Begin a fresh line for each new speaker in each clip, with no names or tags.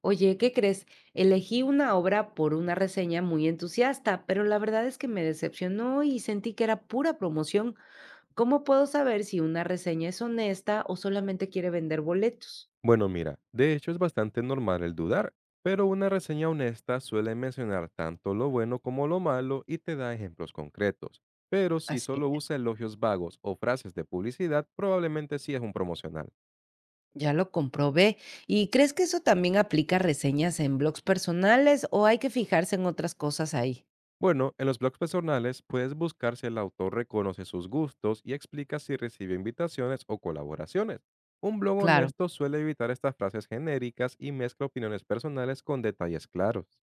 Oye, ¿qué crees? Elegí una obra por una reseña muy entusiasta, pero la verdad es que me decepcionó y sentí que era pura promoción. ¿Cómo puedo saber si una reseña es honesta o solamente quiere vender boletos?
Bueno, mira, de hecho es bastante normal el dudar, pero una reseña honesta suele mencionar tanto lo bueno como lo malo y te da ejemplos concretos. Pero si
Así
solo
es,
usa elogios vagos o frases de publicidad, probablemente sí es un promocional.
ya lo comprobé. ¿Y crees que eso también aplica a reseñas en blogs personales o hay que fijarse en otras cosas ahí?
Bueno, en los blogs personales puedes buscar si el autor reconoce sus gustos y explica si recibe invitaciones o colaboraciones. Un blog
Claro,
honesto suele evitar estas frases genéricas y mezcla opiniones personales con detalles claros.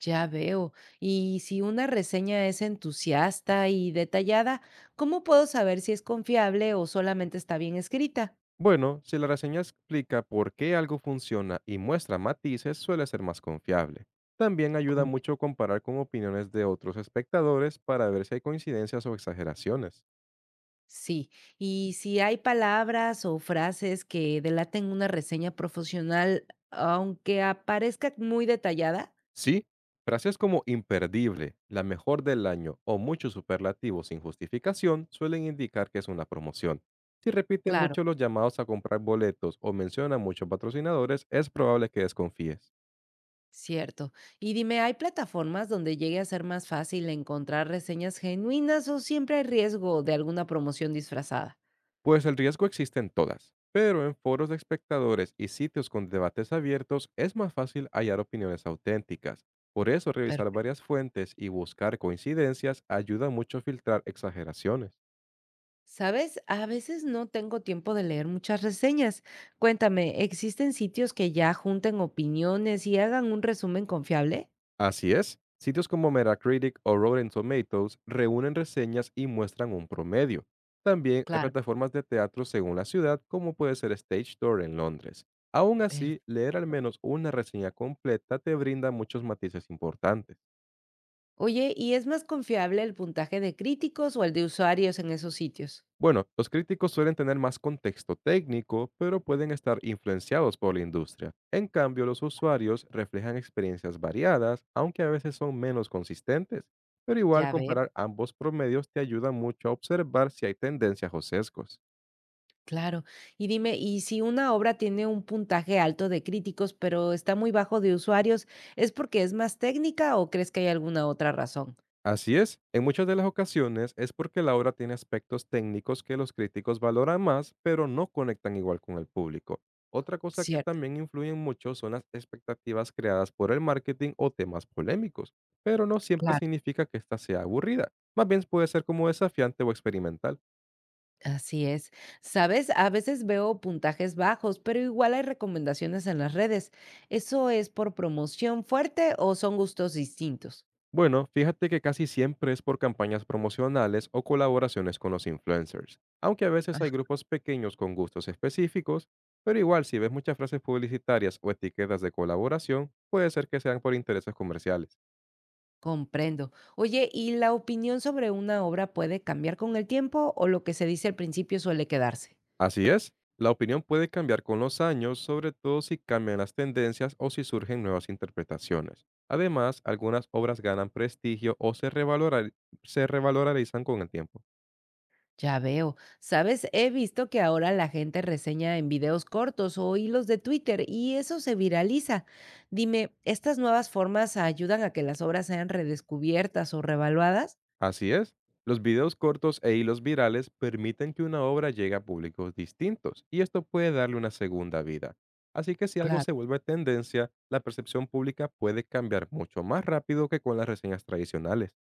ya veo. Y si una reseña es entusiasta y detallada, ¿cómo puedo saber si es confiable o solamente está bien escrita?
Bueno, si la reseña explica por qué algo funciona y muestra matices, suele ser más confiable. También ayuda mucho comparar con opiniones de otros espectadores para ver si hay coincidencias o exageraciones.
Sí, y si hay palabras o frases que delaten una reseña profesional, aunque aparezca muy detallada.
Sí, frases como imperdible, la mejor del año o muchos superlativos sin justificación suelen indicar que es una promoción. Si repite
Claro.
mucho los llamados a comprar boletos o menciona muchos patrocinadores, es probable que desconfíes.
Cierto. Y dime, ¿hay plataformas donde llegue a ser más fácil encontrar reseñas genuinas o siempre hay riesgo de alguna promoción disfrazada?
Pues el riesgo existe en todas, pero en foros de espectadores y sitios con debates abiertos es más fácil hallar opiniones auténticas. Por eso revisar
Perfecto.
varias fuentes y buscar coincidencias ayuda mucho a filtrar exageraciones.
¿Sabes? A veces no tengo tiempo de leer muchas reseñas. Cuéntame, ¿existen sitios que ya junten opiniones y hagan un resumen confiable?
Así es, sitios como Metacritic o Rotten Tomatoes reúnen reseñas y muestran un promedio. También hay
Claro.
plataformas de teatro según la ciudad, como puede ser Stage Door en Londres. Aún así, leer al menos una reseña completa te brinda muchos matices importantes.
Oye, ¿y es más confiable el puntaje de críticos o el de usuarios en esos sitios?
Bueno, los críticos suelen tener más contexto técnico, pero pueden estar influenciados por la industria. En cambio, los usuarios reflejan experiencias variadas, aunque a veces son menos consistentes. Pero igual
Ya ve,
comparar ambos promedios te ayuda mucho a observar si hay tendencias o sesgos.
claro. Y dime, ¿y si una obra tiene un puntaje alto de críticos, pero está muy bajo de usuarios, es porque es más técnica o crees que hay alguna otra razón?
Así es, en muchas de las ocasiones es porque la obra tiene aspectos técnicos que los críticos valoran más, pero no conectan igual con el público. Otra cosa que
Cierto,
también influyen mucho son las expectativas creadas por el marketing o temas polémicos, pero no siempre
claro.
significa que ésta sea aburrida, más bien puede ser como desafiante o experimental.
Así es. Sabes, a veces veo puntajes bajos, pero igual hay recomendaciones en las redes. ¿Eso es por promoción fuerte o son gustos distintos?
Bueno, fíjate que casi siempre es por campañas promocionales o colaboraciones con los influencers, aunque a veces hay grupos pequeños con gustos específicos, pero igual si ves muchas frases publicitarias o etiquetas de colaboración, puede ser que sean por intereses comerciales.
Comprendo. Oye, ¿y la opinión sobre una obra puede cambiar con el tiempo o lo que se dice al principio suele quedarse?
Así es, la opinión puede cambiar con los años, sobre todo si cambian las tendencias o si surgen nuevas interpretaciones. Además, algunas obras ganan prestigio o se revalorizan con el tiempo.
Ya veo. Sabes, he visto que ahora la gente reseña en videos cortos o hilos de Twitter y eso se viraliza. Dime, ¿estas nuevas formas ayudan a que las obras sean redescubiertas o revaluadas?
Así es. Los videos cortos e hilos virales permiten que una obra llegue a públicos distintos y esto puede darle una segunda vida. Así que si algo
Claro.
se vuelve tendencia, la percepción pública puede cambiar mucho más rápido que con las reseñas tradicionales.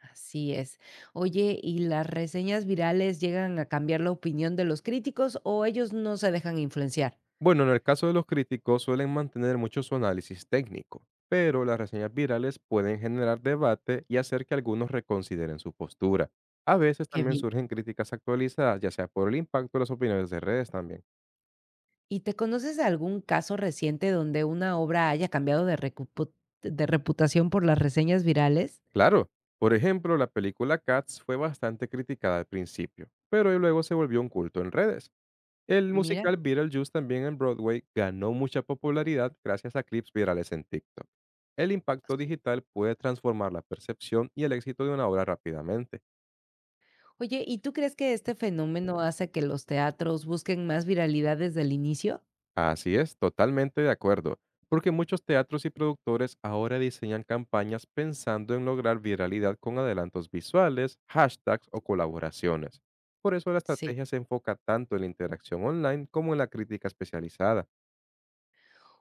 Así es. Oye, ¿y las reseñas virales llegan a cambiar la opinión de los críticos o ellos no se dejan influenciar?
Bueno, en el caso de los críticos suelen mantener mucho su análisis técnico, pero las reseñas virales pueden generar debate y hacer que algunos reconsideren su postura. A veces
Qué
también
bien.
surgen críticas actualizadas, ya sea por el impacto de las opiniones de redes también.
¿Y te conoces de algún caso reciente donde una obra haya cambiado de de reputación por las reseñas virales?
Claro, por ejemplo, la película Cats fue bastante criticada al principio, pero luego se volvió un culto en redes. El
Mira.
musical Beetlejuice también en Broadway ganó mucha popularidad gracias a clips virales en TikTok. El impacto
su-
digital puede transformar la percepción y el éxito de una obra rápidamente.
Oye, ¿y tú crees que este fenómeno hace que los teatros busquen más viralidad desde el inicio?
Así es, totalmente de acuerdo, porque muchos teatros y productores ahora diseñan campañas pensando en lograr viralidad con adelantos visuales, hashtags o colaboraciones. Por eso la
Sí.
estrategia se enfoca tanto en la interacción online como en la crítica especializada.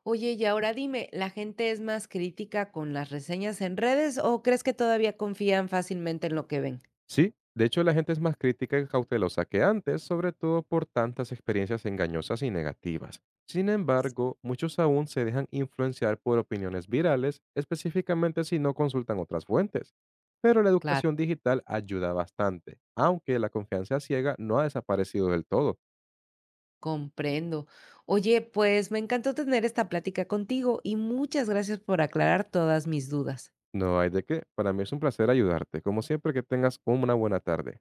Oye, y ahora dime, ¿la gente es más crítica con las reseñas en redes o crees que todavía confían fácilmente en lo que ven?
Sí, de hecho la gente es más crítica y cautelosa que antes, sobre todo por tantas experiencias engañosas y negativas. Sin
Sí.
embargo, muchos aún se dejan influenciar por opiniones virales, específicamente si no consultan otras fuentes. Pero la
Claro,
educación digital ayuda bastante, aunque la confianza ciega no ha desaparecido del todo.
comprendo. Oye, pues me encantó tener esta plática contigo y muchas gracias por aclarar todas mis dudas.
No hay de qué. Para mí es un placer ayudarte, como siempre que tengas una buena tarde.